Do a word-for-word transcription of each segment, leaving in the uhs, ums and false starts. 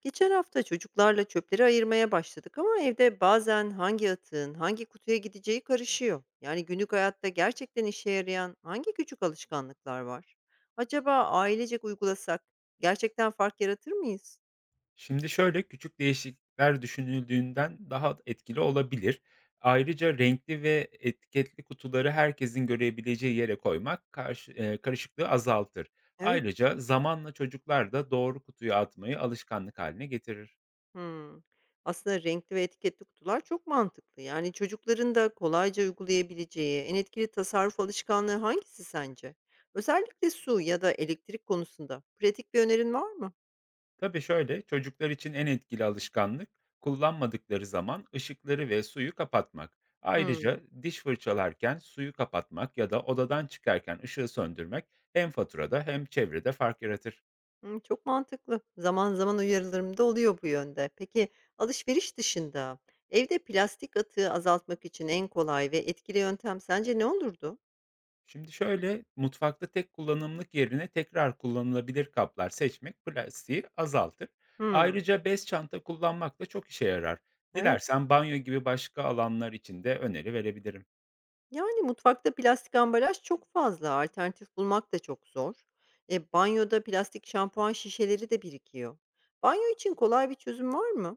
Geçen hafta çocuklarla çöpleri ayırmaya başladık ama evde bazen hangi atığın hangi kutuya gideceği karışıyor. Yani günlük hayatta gerçekten işe yarayan hangi küçük alışkanlıklar var? Acaba ailecek uygulasak gerçekten fark yaratır mıyız? Şimdi şöyle, küçük değişiklikler düşünüldüğünden daha etkili olabilir. Ayrıca renkli ve etiketli kutuları herkesin görebileceği yere koymak karşı eee, karışıklığı azaltır. Evet. Ayrıca zamanla çocuklar da doğru kutuyu atmayı alışkanlık haline getirir. Hmm. Aslında renkli ve etiketli kutular çok mantıklı. Yani çocukların da kolayca uygulayabileceği en etkili tasarruf alışkanlığı hangisi sence? Özellikle su ya da elektrik konusunda pratik bir önerin var mı? Tabii şöyle, çocuklar için en etkili alışkanlık kullanmadıkları zaman ışıkları ve suyu kapatmak. Hmm. Ayrıca diş fırçalarken suyu kapatmak ya da odadan çıkarken ışığı söndürmek hem faturada hem çevrede fark yaratır. Hımm, çok mantıklı. Zaman zaman uyarılarım da oluyor bu yönde. Peki, alışveriş dışında evde plastik atığı azaltmak için en kolay ve etkili yöntem sence ne olurdu? Şimdi şöyle, mutfakta tek kullanımlık yerine tekrar kullanılabilir kaplar seçmek plastiği azaltır. Hımm, Ayrıca bez çanta kullanmak da çok işe yarar. evet. Dilersen banyo gibi başka alanlar için de öneri verebilirim. Yani mutfakta plastik ambalaj çok fazla, alternatif bulmak da çok zor. E, banyoda plastik şampuan şişeleri de birikiyor. Banyo için kolay bir çözüm var mı?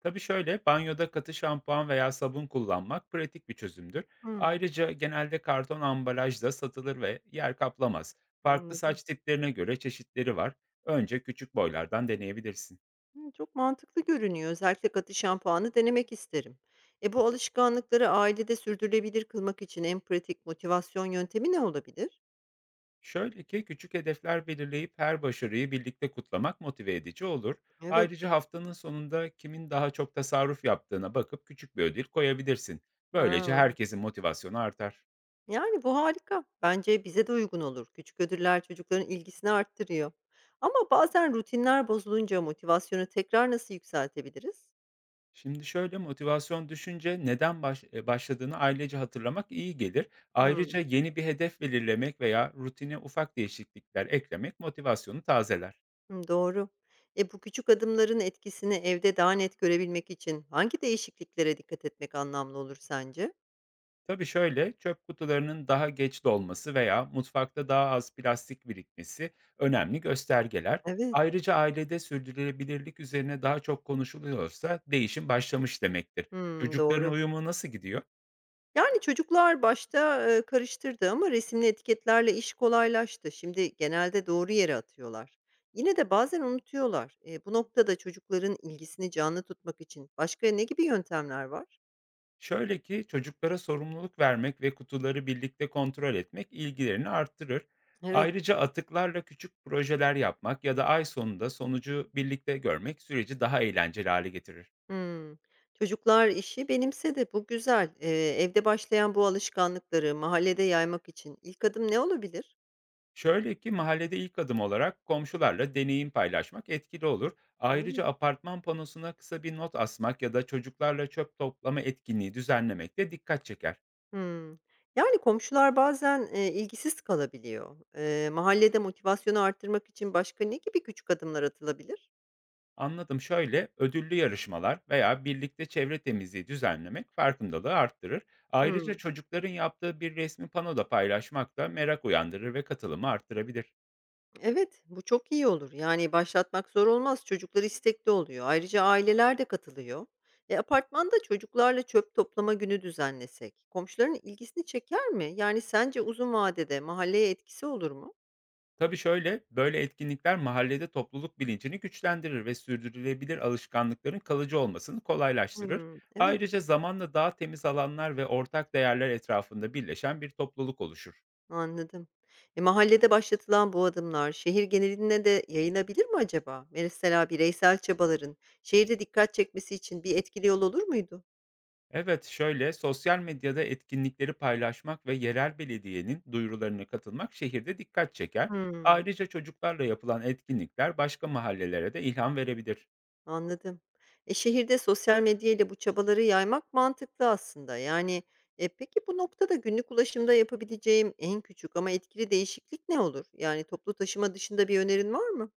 Tabii şöyle, banyoda katı şampuan veya sabun kullanmak pratik bir çözümdür. Hımm, Ayrıca genelde karton ambalajda satılır ve yer kaplamaz. Farklı anladım. saç tiplerine göre çeşitleri var. Önce küçük boylardan deneyebilirsin. Hımm, çok mantıklı görünüyor. Özellikle katı şampuanı denemek isterim. E, bu alışkanlıkları ailede sürdürülebilir kılmak için en pratik motivasyon yöntemi ne olabilir? Şöyle ki küçük hedefler belirleyip her başarıyı birlikte kutlamak motive edici olur. Evet. Ayrıca haftanın sonunda kimin daha çok tasarruf yaptığına bakıp küçük bir ödül koyabilirsin. Böylece Ha, herkesin motivasyonu artar. yani bu harika. Bence bize de uygun olur. Küçük ödüller çocukların ilgisini arttırıyor. Ama bazen rutinler bozulunca motivasyonu tekrar nasıl yükseltebiliriz? Şimdi şöyle, motivasyon düşünce neden baş- e, başladığını ailece hatırlamak iyi gelir. Ayrıca Hımm, yeni bir hedef belirlemek veya rutine ufak değişiklikler eklemek motivasyonu tazeler. hımm, doğru. E, bu küçük adımların etkisini evde daha net görebilmek için hangi değişikliklere dikkat etmek anlamlı olur sence? Tabii şöyle, çöp kutularının daha geç dolması veya mutfakta daha az plastik birikmesi önemli göstergeler. Evet. Ayrıca ailede sürdürülebilirlik üzerine daha çok konuşuluyorsa değişim başlamış demektir. Hımm, Çocukların doğru. uyumu nasıl gidiyor? Yani, çocuklar başta, eee, karıştırdı ama resimli etiketlerle iş kolaylaştı. Şimdi genelde doğru yere atıyorlar. Yine de bazen unutuyorlar. Eee, bu noktada çocukların ilgisini canlı tutmak için başka ne gibi yöntemler var? Şöyle ki çocuklara sorumluluk vermek ve kutuları birlikte kontrol etmek ilgilerini arttırır. Evet. Ayrıca atıklarla küçük projeler yapmak ya da ay sonunda sonucu birlikte görmek süreci daha eğlenceli hale getirir. Hımm. Çocuklar işi benimsedi. Bu güzel. Eee, evde başlayan bu alışkanlıkları mahallede yaymak için ilk adım ne olabilir? Şöyle ki mahallede ilk adım olarak komşularla deneyim paylaşmak etkili olur. Evet. Ayrıca apartman panosuna kısa bir not asmak ya da çocuklarla çöp toplama etkinliği düzenlemek de dikkat çeker. Hımm. Yani, komşular bazen, eee, ilgisiz kalabiliyor. Eee, mahallede motivasyonu arttırmak için başka ne gibi küçük adımlar atılabilir? Anladım, şöyle ödüllü yarışmalar veya birlikte çevre temizliği düzenlemek farkındalığı arttırır. Ayrıca Hımm. çocukların yaptığı bir resmi panoda paylaşmak da merak uyandırır ve katılımı arttırabilir. Evet, bu çok iyi olur. Yani, başlatmak zor olmaz. Çocuklar istekli oluyor. Ayrıca aileler de katılıyor. E, apartmanda çocuklarla çöp toplama günü düzenlesek komşuların ilgisini çeker mi? Yani, sence uzun vadede mahalleye etkisi olur mu? Tabii şöyle, böyle etkinlikler mahallede topluluk bilincini güçlendirir ve sürdürülebilir alışkanlıkların kalıcı olmasını kolaylaştırır. Hımm. Evet. Ayrıca zamanla daha temiz alanlar ve ortak değerler etrafında birleşen bir topluluk oluşur. Anladım. E, mahallede başlatılan bu adımlar şehir geneline de yayılabilir mi acaba? Mesela bireysel çabaların şehirde dikkat çekmesi için bir etkili yol olur muydu? Evet, şöyle sosyal medyada etkinlikleri paylaşmak ve yerel belediyenin duyurularına katılmak şehirde dikkat çeker. Hmm, Ayrıca çocuklarla yapılan etkinlikler başka mahallelere de ilham verebilir. anladım. E, şehirde sosyal medya ile bu çabaları yaymak mantıklı aslında. Yani e, peki bu noktada günlük ulaşımda yapabileceğim en küçük ama etkili değişiklik ne olur? Yani toplu taşıma dışında bir önerin var mı?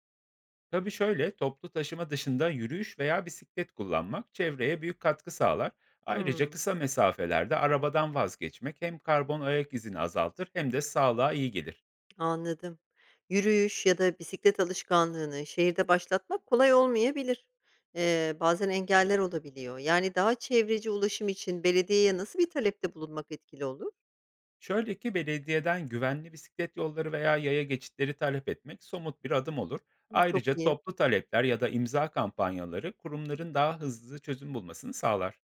Tabii şöyle, toplu taşıma dışında yürüyüş veya bisiklet kullanmak çevreye büyük katkı sağlar. Ayrıca Hmm. kısa mesafelerde arabadan vazgeçmek hem karbon ayak izini azaltır hem de sağlığa iyi gelir. Anladım. Yürüyüş ya da bisiklet alışkanlığını şehirde başlatmak kolay olmayabilir. Eee, bazen engeller olabiliyor. Yani daha çevreci ulaşım için belediyeye nasıl bir talepte bulunmak etkili olur? Şöyle ki belediyeden güvenli bisiklet yolları veya yaya geçitleri talep etmek somut bir adım olur. Hı, çok Ayrıca iyi. toplu talepler ya da imza kampanyaları kurumların daha hızlı çözüm bulmasını sağlar.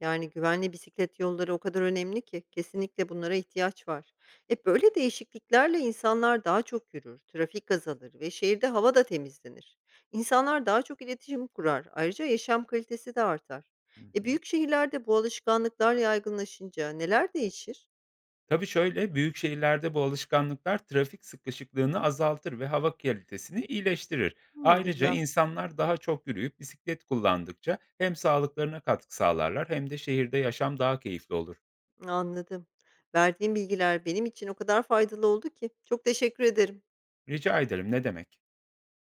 Yani, güvenli bisiklet yolları o kadar önemli ki kesinlikle bunlara ihtiyaç var. E, böyle değişikliklerle insanlar daha çok yürür, trafik azalır ve şehirde hava da temizlenir. İnsanlar daha çok iletişim kurar, ayrıca yaşam kalitesi de artar. Hı E, hı. büyük şehirlerde bu alışkanlıklar yaygınlaşınca neler değişir? Tabii şöyle, büyük şehirlerde bu alışkanlıklar trafik sıkışıklığını azaltır ve hava kalitesini iyileştirir. Hımm, Ayrıca güzel, insanlar daha çok yürüyüp bisiklet kullandıkça hem sağlıklarına katkı sağlarlar hem de şehirde yaşam daha keyifli olur. anladım. Verdiğim bilgiler benim için o kadar faydalı oldu ki. Çok teşekkür ederim. Rica ederim, ne demek?